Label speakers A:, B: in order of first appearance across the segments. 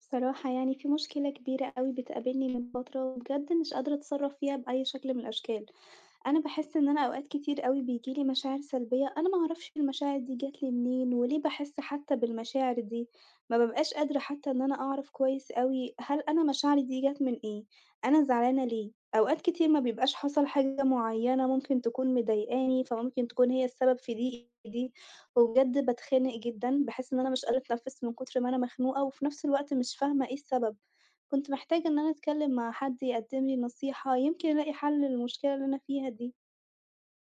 A: بصراحة يعني في مشكلة كبيرة أوي بتقابلني من فترة، وبجد مش قادرة أتصرّف فيها بأي شكل من الأشكال. أنا باحس إن أنا أوقات كتير أوي بييجي لي مشاعر سلبية، أنا ما أعرفش المشاعر دي جات لي منين، وليه باحس حتى بالمشاعر دي، ما بابقاش قادرة حتى إن أنا أعرف كويس أوي هل أنا مشاعري دي جات من إيه، أنا زعلانة ليه؟ أوقات كتير ما بيبقاش حصل حاجة معينة ممكن تكون مضايقاني، فممكن تكون هي السبب في دي، وبجد باتخنق جدًا، باحس إن أنا مش قادرة أتنفس من كتر ما أنا مخنوقة، وفي نفس الوقت مش فاهمة إيه السبب، كنت محتاجة إن أنا أتكلم مع حد يقدم لي نصيحة، يمكن ألاقي حل للمشكلة اللي أنا فيها دي.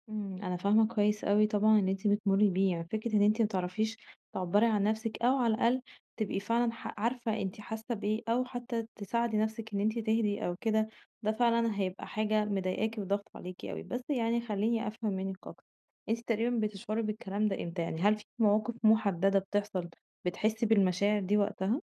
B: أنا فاهمة كويس أوي طبعًا اللي أنتِ بتمُرّي بيه، يعني فكرة إن أنتِ ما تعرفيش تعبّري عن نَفْسِك أو على الأقل تبقي فعلًا عارفة أنتِ حاسة بإيه أو حتى تساعدي نَفْسِك إن أنتِ تهدي أو كده، ده فعلًا هيبقى حاجة مضايقاكِ وضاغطة عليكِ أوي. بس يعني خلّيني أفهم منِّك أكتر، أنتِ تقريبًا بتشعري بالكلام ده إمتى؟ يعني هل في مواقف مُحدّدة بتحصل بتحسّي بالمشاعر دي وقتها؟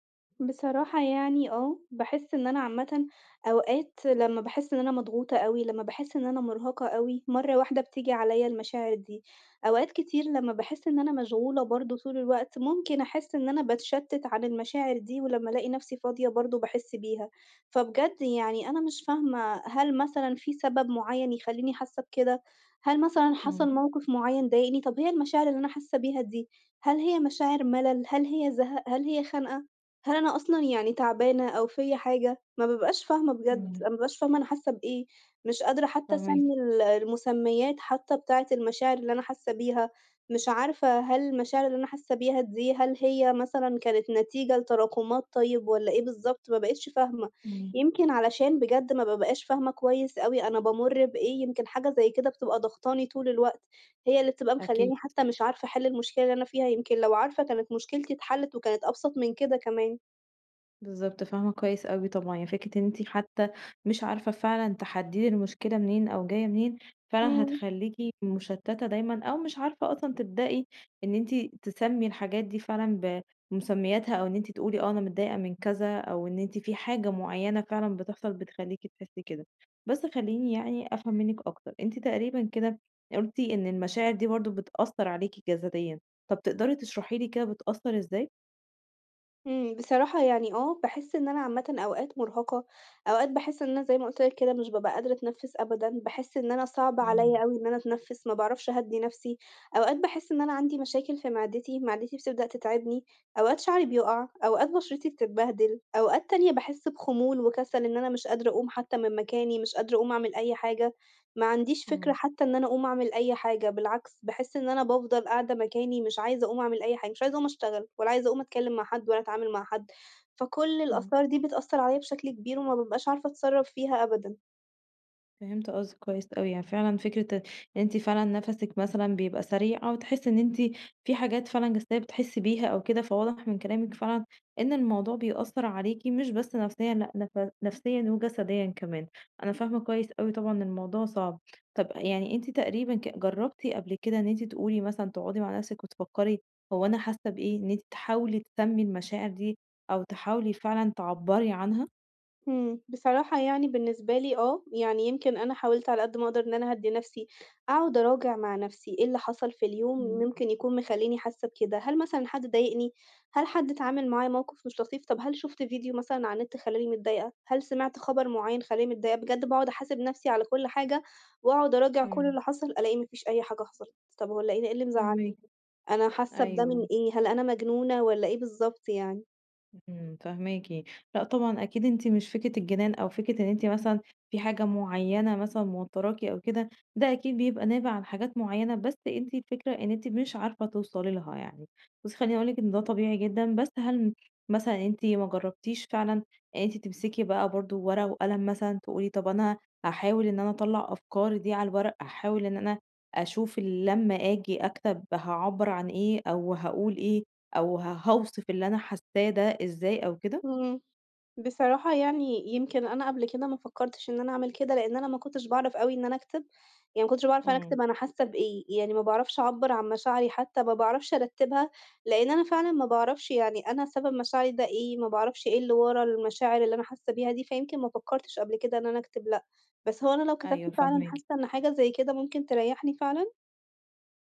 A: بصراحة يعني آه، باحس إن أنا عامةً أوقات لمّا باحس إن أنا مضغوطة أوي، لمّا باحس إن أنا مرهقة أوي، مرّة واحدة بتيجي عليّا المشاعر دي. أوقات كتير لمّا باحس إن أنا مشغولة برضه طول الوقت، ممكن أحس إن أنا باتشتت عن المشاعر دي، ولمّا ألاقي نفسي فاضية برضه باحس بيها. فبجد يعني أنا مش فاهمة هل مثلًا في سبب معين يخلّيني حاسة بكده؟ هل مثلًا
B: إمم،
A: حصل موقف معين ضايقني؟ طب هي المشاعر اللي أنا حاسة بيها دي، هل هي مشاعر ملل؟ هل هي زهق؟ هل هي خنقة؟ هل أنا أصلًا يعني تعبانة أو فيّا حاجة؟ ما بابقاش فاهمة بجد،
B: إمم.
A: أنا ما بابقاش فاهمة أنا حاسة بإيه، مش قادرة حتى
B: فاهماكِ.
A: أسمّي المسميات حتى بتاعة المشاعر اللي أنا حاسة بيها، مش عارفة هل المشاعر اللي أنا حاسة بيها دي، هل هي مثلًا كانت نتيجة لتراكمات طيب والّا إيه بالضبط؟ ما بقيتش فاهمة،
B: إمم،
A: يمكن علشان بجد ما بابقاش فاهمة كويس أوي أنا بامُر بإيه، يمكن حاجة زي كده بتبقى ضاغطاني طول الوقت، هي اللي بتبقى
B: أكيد.
A: مخلّياني حتى مش عارفة أحل المشكلة اللي أنا فيها، يمكن لو عارفة كانت مشكلتي اتحلت وكانت أبسط من كده كمان.
B: بالضبط، فاهمة كويس أوي طبعًا، يعني فكرة إن أنتِ حتى مش عارفة فعلًا تحددي المشكلة منين أو جاية منين، فعلًا
A: إمم.
B: هتخلّيكِ مشتتة دايمًا أو مش عارفة أصلًا تبدئي إن أنتِ تسمّي الحاجات دي فعلًا بمسمياتها، أو إن أنتِ تقولي آه أنا متضايقة من كذا، أو إن أنتِ في حاجة معينة فعلًا بتحصل بتخلّيكِ تحسي كده. بس خلّيني يعني أفهم منِّك أكتر، أنتِ تقريبًا كده قُلتِ إن المشاعر دي برضه بتأثّر عليكِ جسديًا، طَب تقدري تشرحي لي كده بتأثّر إزاي؟
A: إمم. بصراحة يعني آه، باحس إن أنا عامةً أوقات مرهقة، أوقات باحس إن أنا زي ما قُلت لك كده مش بابقى قادرة أتنفّس أبدًا، باحس إن أنا صعب
B: إمم، إمم.
A: عليَّ أوي إن أنا أتنفّس، ما باعرفش أهدّي نفسي، أوقات باحس إن أنا عندي مشاكل في معدتي، معدتي بتبدأ تتعبني، أوقات شعري بيُقع، أوقات بشرتي بتتبهدل، أوقات تانية باحس بخمول وكسل إن أنا مش قادرة أقوم حتى من مكاني، مش قادرة أقوم أعمل أي حاجة. ما عنديش فكرة
B: إمم،
A: حتى إن أنا أقوم أعمل أي حاجة، بالعكس باحس إن أنا بافضل قاعدة مكاني مش عايزة أقوم أعمل أي حاجة، مش عايزة أقوم أشتغل ولا عايزة أقوم أتكلم مع حد ولا أتعامل مع حد، فكل
B: إمم.
A: الآثار دي بتأثّر عليَّ بشكل كبير وما بابقاش عارفة أتصرّف فيها أبدًا.
B: فهمت قصدِك كويس أوي، يعني فعلًا فكرة إن أنتِ فعلًا نَفَسِك مثلًا بيبقى سريع أو تحسّي إن أنتِ في حاجات فعلًا جسدية بتحسّي بيها أو كده، فواضح من كلامِك فعلًا إن الموضوع بيأثّر عليكِ مش بس نفسيًا لأ نفسيًا وجسديًا كمان، أنا فاهمة كويس أوي طبعًا الموضوع صعب. طَب يعني أنتِ تقريبًا جرّبتِ قبل كده إن أنتِ تقولي مثلًا تقعدي مع نَفْسِك وتفكّري هو أنا حاسة بإيه، إن أنتِ تحاولي تسمّي المشاعر دي أو تحاولي فعلًا تعبّري عنها؟
A: إمم. بصراحة يعني بالنسبة لي آه، يعني يمكن أنا حاولت على قد ما أقدر إن أنا أهدّي نَفْسي، أقعد أراجع مع نَفْسي إيه اللي حصل في اليوم
B: إمم.
A: ممكن يكون مخلّيني حاسة بكده، هل مثلًا حد ضايقني، هل حد اتعامل معايا موقِف مش لطيف، طَب هل شُفت فيديو مثلًا على النت خلّاني متضايقة، هل سمعت خبر معيّن خلّاني متضايقة، بجد باقعد أحاسب نَفْسي على كل حاجة وأقعد أراجع كل
B: إمم،
A: اللي حصل، ألاقي ما فيش أي حاجة حصلت، طَب هو ألاقيني إيه اللي مزعّلني،
B: فاهماكِ،
A: أنا حاسة بده من
B: أيوه.
A: إيه، هل أنا مجنونة والّا إيه بالضبط يعني؟
B: إمم، فاهماكِ. لأ طبعًا أكيد أنتِ مش فكرة الجنان أو فكرة إن أنتِ مثلًا في حاجة معيّنة مثلًا موتّراكِ أو كده، ده أكيد بيبقى نابع عن حاجات معيّنة، بس أنتِ الفكرة إن أنتِ مش عارفة توصلي لها يعني. بُصّي خلّيني أقول لِك إن ده طبيعي جدًا، بس هل مثلًا أنتِ ما جرّبتيش فعلًا إن أنتِ تمسكي بقى برضه ورقة وقلم مثلًا تقولي طَب أنا هاحاول إن أنا أطلّع أفكاري دي على الورق، هاحاول إن أنا أشوف لمّا آجي أكتب هاعبّر عن إيه أو هاقول إيه، أو هاوصف اللي أنا حاساه ده إزاي أو كده؟
A: إمم. بصراحة يعني يمكن أنا قبل كده ما فكّرتش إن أنا أعمل كده، لإن أنا ما كنتش باعرف أوي إن أنا أكتب، يعني ما كنتش باعرف أنا
B: إمم.
A: أكتب أنا حاسة بإيه، يعني ما باعرفش أعبّر عن مشاعري حتى، ما باعرفش أرتّبها، لإن أنا فعلًا ما باعرفش يعني أنا سبب مشاعري ده إيه، ما باعرفش إيه اللي ورا المشاعر اللي أنا حاسة بيها دي، فيمكن ما فكّرتش قبل كده إن أنا أكتب لأ، بس هو أنا لو كتبت
B: أيوه
A: فعلًا
B: فاهماكِ.
A: حاسة إن حاجة زي كده ممكن تريّحني فعلًا؟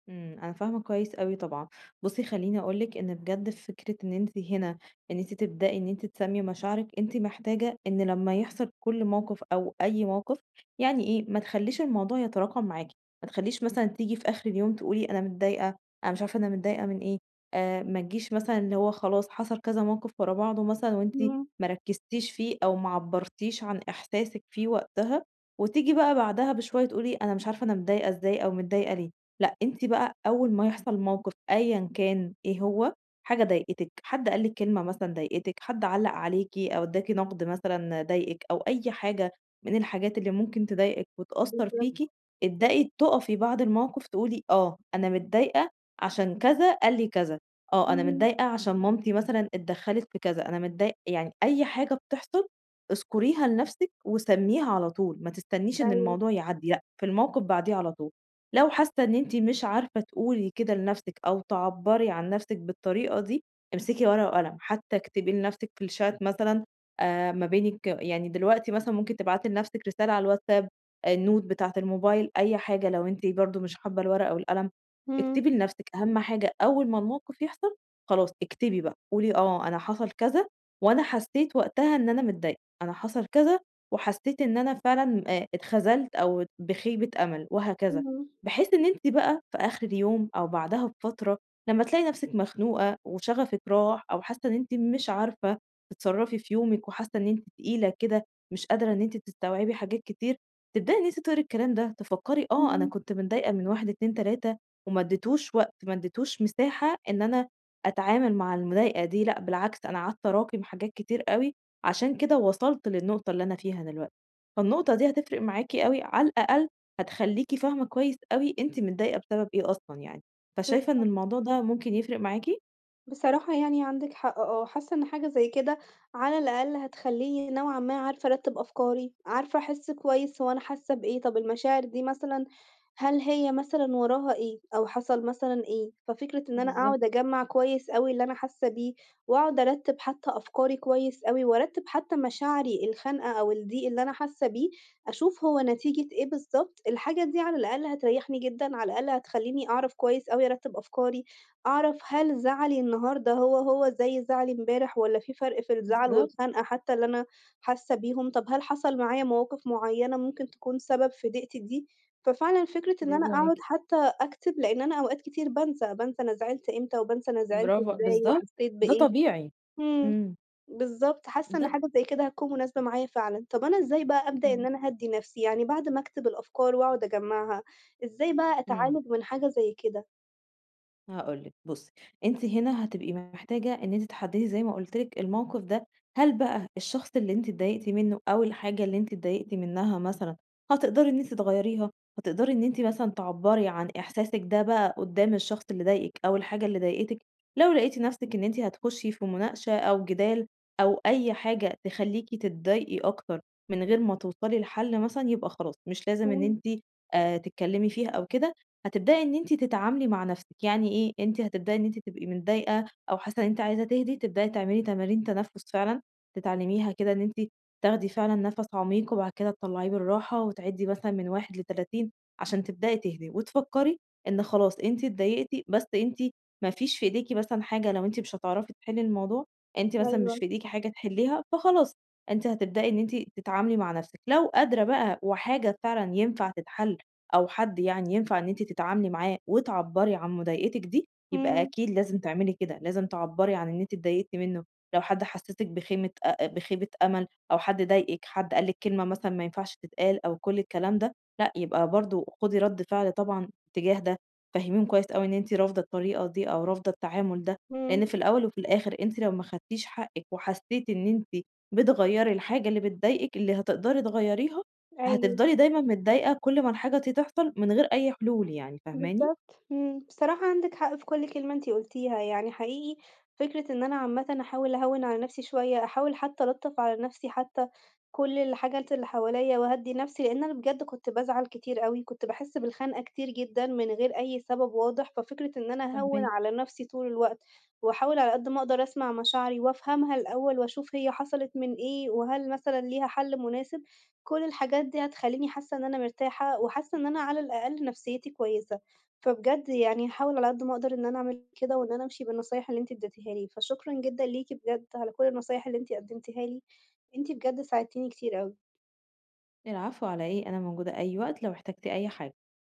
B: إمم، أنا فاهمة كويس أوي طبعًا. بُصّي خلّيني أقول لِك إن بجد فكرة إن أنتِ هنا إن أنتِ تبدئي إن أنتِ تسامي مشاعرِك، أنتِ محتاجة إن لمّا يحصل كل موقف أو أي موقف، يعني إيه، ما تخلّيش الموضوع يتراكم معاكِ، ما تخلّيش مثلًا تيجي في آخر اليوم تقولي أنا متضايقة، أنا مش عارفة أنا متضايقة من إيه، ما تجيش مثلًا اللي هو خلاص حصل كذا موقف ورا بعضه مثلًا وأنتِ
A: إمم.
B: ما ركّزتيش فيه أو ما عبّرتيش عن إحساسِك فيه وقتها، وتيجي بقى بعدها بشوية تقولي أنا مش عارفة أنا متضايقة إزاي أو متضايقة ليه. لأ، أنتِ بقى أول ما يحصل موقف أيًا كان إيه هو، حاجة ضايقتِك، حد قال لِك كلمة مثلًا ضايقتِك، حد علّق عليكِ أو ادّاكِ نقد مثلًا ضايقِك أو أي حاجة من الحاجات اللي ممكن تضايقِك وتأثّر فيكِ،
A: بالضبط.
B: ابدئي تُقفي بعد الموقف تقولي آه، أنا متضايقة عشان كذا قال لي كذا، آه، أنا
A: إمم.
B: متضايقة عشان مامتي مثلًا اتدخّلت في كذا، أنا متضايق يعني أي حاجة بتحصل اذكريها لنفسِك وسمّيها على طول، ما تستنيش إن
A: أيوه.
B: الموضوع يعدّي، لأ، في الموقف بعديه على طول. لو حاسة إن أنتِ مش عارفة تقولي كده لنفسِك أو تعبّري عن نفسِك بالطريقة دي، امسكي ورقة وقلم، حتى اكتبي لنفسِك في الchat مثلًا ما بينِك يعني دلوقتي مثلًا ممكن تبعتي لنفسِك رسالة على الWhatsApp، النوت بتاعة الموبايل، أي حاجة لو أنتِ برضه مش حابة الورقة والقلم،
A: إمم.
B: اكتبي لنفسِك أهم حاجة أول ما الموقف يحصل خلاص اكتبي بقى، قولي آه أنا حصل كذا وأنا حسيت وقتها إن أنا متضايقة، أنا حصل كذا وحسيت إن أنا فعلًا اتخذلت أو بخيبة أمل وهكذا.
A: إمم.
B: بحيث إن أنتِ بقى في آخر اليوم أو بعدها بفترة لمّا تلاقي نفسِك مخنوقة وشغفِك راح أو حاسة إن أنتِ مش عارفة تتصرّفي في يومِك وحاسة إن أنتِ تقيلة كده، مش قادرة إن أنتِ تستوعبي حاجات كتير، تبدئي إن أنتِ تقري الكلام ده، تفكّري آه، أنا
A: إمم.
B: كنت متضايقة من 1، 2، 3 وما اديتوش وقت، ما اديتوش مساحة إن أنا أتعامل مع المضايقة دي، لأ بالعكس أنا قعدت أراكم حاجات كتير أوي، عشان كده وصلت للنقطة اللي أنا فيها دلوقتي. فالنقطة دي
A: إمم.
B: هتفرق معاكِ أوي على الأقل هتخلّيكِ فاهمة كويس أوي أنتِ متضايقة بسبب إيه أصلًا يعني، فشايفة إن
A: بالضبط.
B: الموضوع ده ممكن يفرق معاكِ؟
A: بصراحة يعني عندِك حق آه، حاسة إن حاجة زي كده على الأقل هتخلّيني نوعًا ما عارفة أرتّب أفكاري، عارفة أحس كويس هو أنا حاسة بإيه، طب المشاعر دي مثلًا هل هي مثلًا وراها إيه، أو حصل مثلًا إيه، ففكرة إن أنا
B: بالضبط،
A: أقعد أجمّع كويس أوي اللي أنا حاسة بيه، وأقعد أرتّب حتى أفكاري كويس أوي، وأرتّب حتى مشاعري الخانقة أو الضيق اللي أنا حاسة بيه، أشوف هو نتيجة إيه بالضبط، الحاجة دي على الأقل هتريحني جدًا، على الأقل هتخلّيني أعرف كويس أوي أرتّب أفكاري، أعرف هل زعلي النهارده هو زي زعلي امبارح والّا في فرق في الزعل
B: بالضبط،
A: والخنقة حتى اللي أنا حاسة بيهم؟ طب هل حصل معايا مواقف معيّنة ممكن تكون سبب في ضيقتي دي؟ ففعلًا فكرة إن أنا
B: برافو
A: أقعد
B: عليكِ،
A: حتى أكتب، لإن أنا أوقات كتير بانسى، بانسى أنا زعلت إمتى وبانسى أنا زعلت
B: برافو
A: إزاي
B: بالضبط،
A: وحسيت
B: ده
A: بإيه.
B: طبيعي.
A: إمم.
B: إمم.
A: بالضبط، حاسة إن
B: ده ط
A: حاجة زي كده هتكون مناسبة معايا فعلًا. طب أنا إزاي بقى أبدأ إن
B: إمم.
A: أنا أهدّي نفسي؟ يعني بعد ما أكتب الأفكار وأقعد أجمّعها، إزاي بقى
B: إمم.
A: أتعالج من حاجة زي كده؟
B: هاقول لِك بُصّي، أنتِ هنا هتبقي محتاجة إن أنتِ تحدّدي زي ما قُلت لِك الموقف ده، هل بقى الشخص اللي أنتِ اتضايقتِ منّه أو الحاجة اللي أنتِ اتضايقتِ منّها مثلًا هتقدري إن أنتِ تغيّريها، هتقدري إن أنتِ مثلًا تعبّري عن إحساسِك ده بقى قدّام الشخص اللي ضايقِك أو الحاجة اللي ضايقتِك، لو لقيتِ نَفْسِك إن أنتِ هتخشّي في مناقشة أو جدال أو أي حاجة تخلّيكِ تتضايقي أكتر من غير ما توصلي لحل مثلًا، يبقى خلاص مش لازم إن
A: إمم.
B: أنتِ تتكلّمي فيها أو كده، هتبدئي إن أنتِ تتعاملي مع نفسِك، يعني إيه، أنتِ هتبدئي إن أنتِ تبقي متضايقة أو حاسة إن أنتِ عايزة تهدي، تبدئي تعملي تمارين تنفس فعلًا، تتعلميها كده إن أنتِ تاخدي فعلًا نفس عميق وبعد كده تطلعيه بالراحة وتعدي مثلًا من 1 ل30 عشان تبدئي تهدي، وتفكري إن خلاص أنتِ اتضايقتِ بس أنتِ ما فيش في إيديكِ مثلًا حاجة لو أنتِ مش هتعرفي تحلي الموضوع، أنتِ مثلًا
A: أيوه.
B: مش في إيديكِ حاجة تحليها، فخلاص أنتِ هتبدئي إن أنتِ تتعاملي مع نفسِك، لو قادرة بقى وحاجة فعلًا ينفع تتحل أو حد يعني ينفع إن أنتِ تتعاملي معاه وتعبّري عن مضايقتِك دي، يبقى
A: إمم.
B: أكيد لازم تعملي كده، لازم تعبّري عن إن أنتِ اتضايقتِ منه، لو حد حسّسِك بخيمة أ بخيبة أمل أو حد ضايقِك، حد قال لِك كلمة مثلًا ما ينفعش تتقال أو كل الكلام ده، لأ يبقى برضه خُدي رَد فعل طبعًا تجاه ده، فهّميهم كويس أوي إن أنتِ رافضة الطريقة دي أو رافضة التعامل ده،
A: إمم.
B: لإن في الأول وفي الآخر أنتِ لو ما خدتيش حقِّك وحسّيتِ إن أنتِ بتغيّري الحاجة اللي بتضايقِك، اللي هتقدري تغيّريها
A: أيوه.
B: هتفضلي دايمًا متضايقة كل ما الحاجة دي تحصل من غير أي حلول يعني، فاهماني؟
A: بالضبط، إمم، بصراحة عندِك حق في كل كلمة أنتِ قُلتيها، يعني حقيقي فكرة إن أنا عامةً أحاول أهوّن على نفسي شوية، أحاول حتى ألطّف على نفسي حتى كل الحاجات اللي حواليّا وأهدّي نفسي، لإن أنا بجد كنت بازعل كتير أوي، كنت باحس بالخنقة كتير جدًا من غير أي سبب واضح، ففكرة إن أنا أهوّن
B: فاهماكِ.
A: على نفسي طول الوقت وأحاول على قد ما أقدر أسمع مشاعري وأفهمها الأول وأشوف هي حصلت من إيه وهل مثلًا ليها حل مناسب، كل الحاجات دي هتخلّيني حاسة إن أنا مرتاحة وحاسة إن أنا على الأقل نفسيتي كويسة. فبجد يعني هاحاول على قد ما أقدر إن أنا أعمل كده، وإن أنا أمشي بالنصايح اللي أنتِ اديتيها لي، فشكرًا جدًا ليكِ بجد على كل النصايح اللي أنتِ قدمتيها لي، أنتِ بجد ساعدتيني كتير أوي.
B: العفو على إيه، أنا موجودة أي وقت لو احتجتِ أي حاجة.